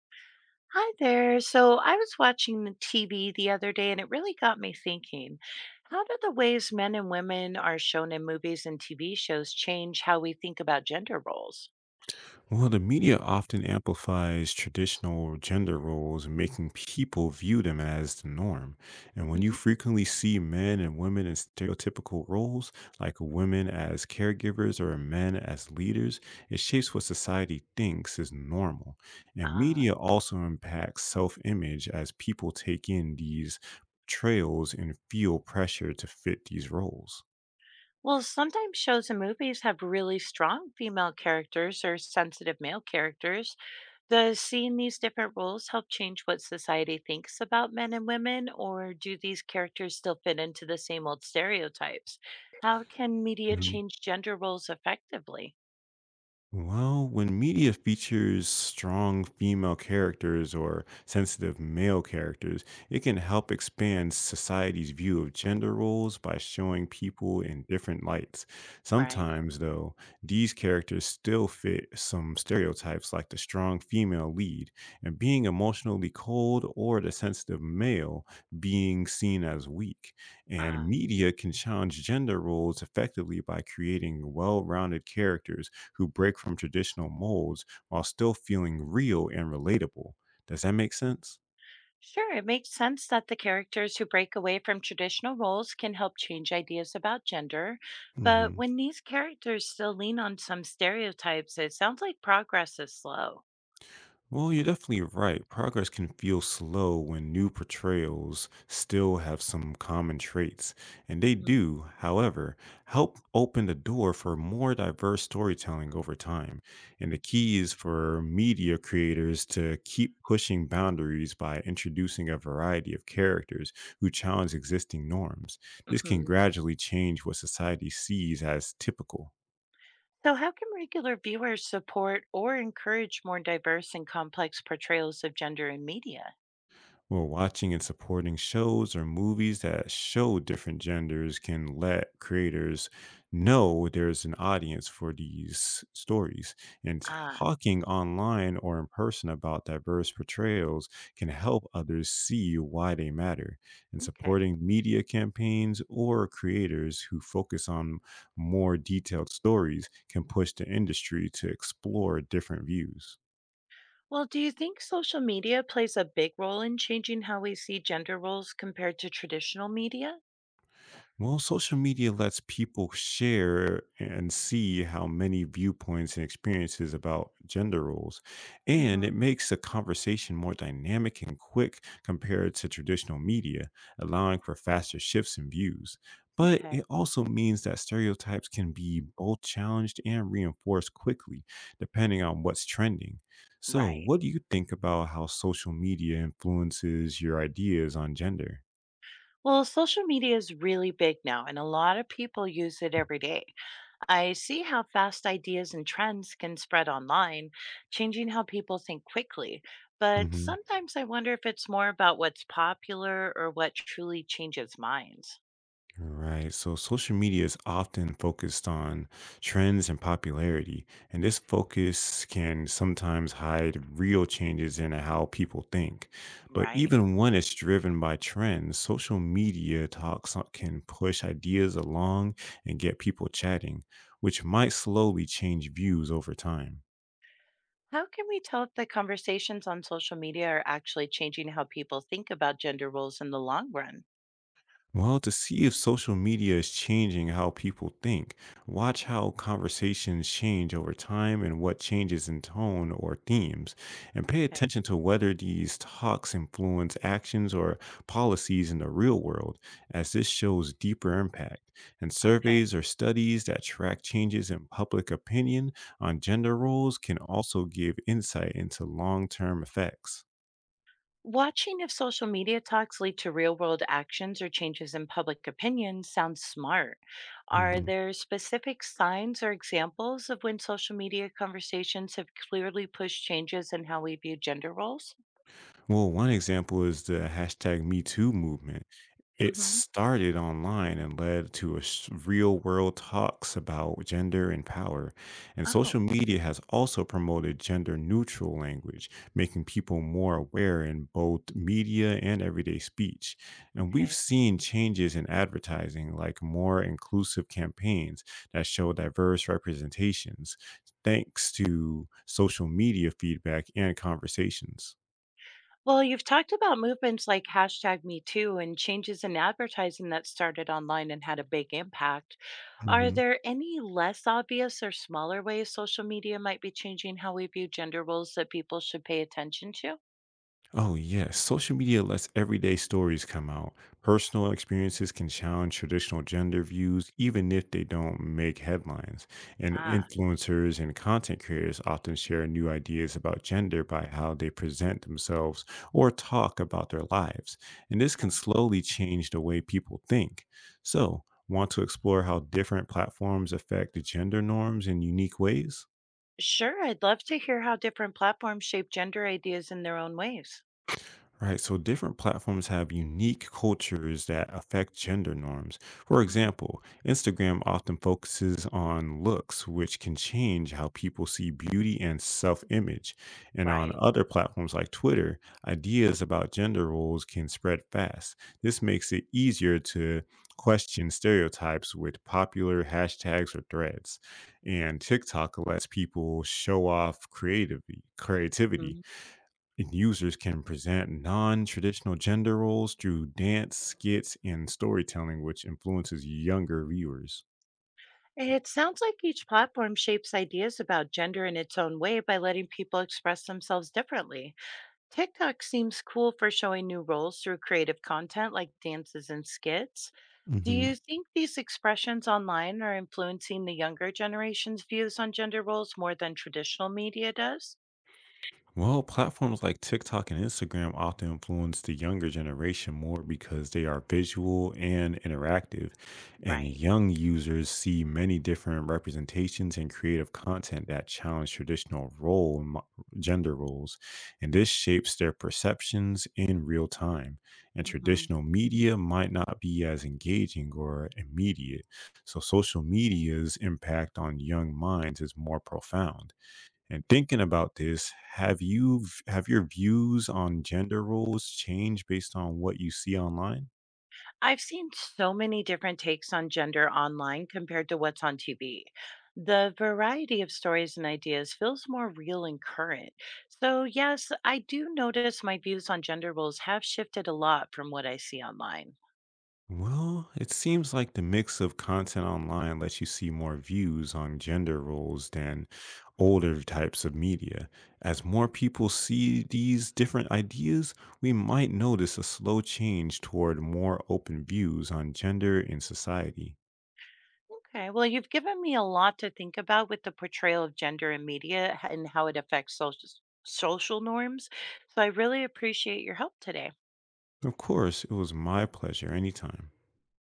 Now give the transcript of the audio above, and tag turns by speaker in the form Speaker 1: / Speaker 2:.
Speaker 1: Hi there. So I was watching the TV the other day and it really got me thinking. How do the ways men and women are shown in movies and TV shows change how we think about gender roles?
Speaker 2: Well, the media often amplifies traditional gender roles, making people view them as the norm. And when you
Speaker 1: hmm
Speaker 2: frequently see men and women in stereotypical roles, like women as caregivers or men as leaders, it shapes what society thinks is normal. And
Speaker 1: Ah,
Speaker 2: media also impacts self image as people take in these trails and feel pressure to fit these roles.
Speaker 1: well, sometimes shows and movies have really strong female characters or sensitive male characters. Does seeing these different roles help change what society thinks about men and women, or do these characters still fit into the same old stereotypes? How can media change gender roles effectively?
Speaker 2: Well, when media features strong female characters or sensitive male characters, it can help expand society's view of gender roles by showing people in different lights.
Speaker 1: Right.
Speaker 2: Sometimes, though, these characters still fit some stereotypes like the strong female lead and being emotionally cold or the sensitive male being seen as weak. And
Speaker 1: Ah.
Speaker 2: media can challenge gender roles effectively by creating well rounded characters who break from traditional molds while still feeling real and relatable. Does that make sense?
Speaker 1: Sure, it makes sense that the characters who break away from traditional roles can help change ideas about gender. But
Speaker 2: Hmm.
Speaker 1: when these characters still lean on some stereotypes, it sounds like progress is slow.
Speaker 2: Well, you're definitely right. Progress can feel slow when new portrayals still have some common traits. And they
Speaker 1: hmm
Speaker 2: do, however, help open the door for more diverse storytelling over time. And the key is for media creators to keep pushing boundaries by introducing a variety of characters who challenge existing norms. This can
Speaker 1: hmm
Speaker 2: gradually change what society sees as typical.
Speaker 1: So, how can regular viewers support or encourage more diverse and complex portrayals of gender in media?
Speaker 2: Well, watching and supporting shows or movies that show different genders can let creators know there's an audience for these stories. And
Speaker 1: Ah,
Speaker 2: talking online or in person about diverse portrayals can help others see why they matter. And
Speaker 1: okay.
Speaker 2: supporting media campaigns or creators who focus on more detailed stories can push the industry to explore different views.
Speaker 1: Well, do you think social media plays a big role in changing how we see gender roles compared to traditional media?
Speaker 2: Well, social media lets people share and see how many viewpoints and experiences about gender roles, and it
Speaker 1: hmm
Speaker 2: makes the conversation more dynamic and quick compared to traditional media, allowing for faster shifts in views. But
Speaker 1: Okay.
Speaker 2: it also means that stereotypes can be both challenged and reinforced quickly, depending on what's trending. So,
Speaker 1: Right.
Speaker 2: what do you think about how social media influences your ideas on gender?
Speaker 1: Well, social media is really big now, and a lot of people use it every day. I see how fast ideas and trends can spread online, changing how people think quickly. But
Speaker 2: Mm-hmm.
Speaker 1: sometimes I wonder if it's more about what's popular or what truly changes minds.
Speaker 2: All right. So social media is often focused on trends and popularity, and this focus can sometimes hide real changes in how people think. But
Speaker 1: Right.
Speaker 2: even when it's driven by trends, social media can push ideas along and get people chatting, which might slowly change views over time.
Speaker 1: How can we tell if the conversations on social media are actually changing how people think about gender roles in the long run?
Speaker 2: Well, to see if social media is changing how people think, watch how conversations change over time and what changes in tone or themes, and pay
Speaker 1: Okay.
Speaker 2: attention to whether these talks influence actions or policies in the real world, as this shows deeper impact. And
Speaker 1: Okay.
Speaker 2: surveys or studies that track changes in public opinion on gender roles can also give insight into long term effects.
Speaker 1: Watching if social media talks lead to real world actions or changes in public opinion sounds smart. Are
Speaker 2: Mhm.
Speaker 1: there specific signs or examples of when social media conversations have clearly pushed changes in how we view gender roles?
Speaker 2: Well, one example is the hashtag MeToo movement. It
Speaker 1: hmm
Speaker 2: started online and led to real world talks about gender and power. And social
Speaker 1: Oh,
Speaker 2: media has also promoted gender neutral language, making people more aware in both media and everyday speech. And we've
Speaker 1: okay.
Speaker 2: seen changes in advertising, like more inclusive campaigns that show diverse representations, thanks to social media feedback and conversations.
Speaker 1: Well, you've talked about movements like hashtag Me Too and changes in advertising that started online and had a big impact. Are
Speaker 2: Mhm.
Speaker 1: there any less obvious or smaller ways social media might be changing how we view gender roles that people should pay attention to?
Speaker 2: Oh, yes. Social media lets everyday stories come out. Personal experiences can challenge traditional gender views, even if they don't make headlines. And
Speaker 1: Ah,
Speaker 2: influencers and content creators often share new ideas about gender by how they present themselves or talk about their lives. And this
Speaker 1: okay.
Speaker 2: can slowly change the way people think. So, want to explore how different platforms affect gender norms in unique ways?
Speaker 1: Sure, I'd love to hear how different platforms shape gender ideas in their own ways.
Speaker 2: Right. So different platforms have unique cultures that affect gender norms. For
Speaker 1: Mhm.
Speaker 2: example, Instagram often focuses on looks, which can change how people see beauty and self image. And on
Speaker 1: Right.
Speaker 2: other platforms like Twitter, ideas about gender roles can spread fast. This makes it easier to question stereotypes with popular hashtags or threads. And TikTok lets people show off creativity,
Speaker 1: Mhm.
Speaker 2: and users can present non-traditional gender roles through dance skits and storytelling which influences younger viewers.
Speaker 1: It sounds like each platform shapes ideas about gender in its own way by letting people express themselves differently. TikTok seems cool for showing new roles through creative content like dances and skits. Do
Speaker 2: Hmm.
Speaker 1: you think these expressions online are influencing the younger generation's views on gender roles more than traditional media does?
Speaker 2: Well, platforms like TikTok and Instagram often influence the younger generation more because they are visual and interactive, and
Speaker 1: Right.
Speaker 2: young users see many different representations and creative content that challenge traditional gender roles, and this shapes their perceptions in real time. And
Speaker 1: hmm
Speaker 2: traditional media might not be as engaging or immediate, so social media's impact on young minds is more profound. And thinking about this, have your views on gender roles changed based on what you see online?
Speaker 1: I've seen so many different takes on gender online compared to what's on TV. The variety of stories and ideas feels more real and current. So, yes, I do notice my views on gender roles have shifted a lot from what I see online.
Speaker 2: Well, it seems like the mix of content online lets you see more views on gender roles than older types of media. As more people see these different ideas, we might notice a slow change toward more open views on gender in society.
Speaker 1: Okay. Well, you've given me a lot to think about with the portrayal of gender in media and how it affects social norms. So I really appreciate your help today.
Speaker 2: Of course, it was my pleasure anytime.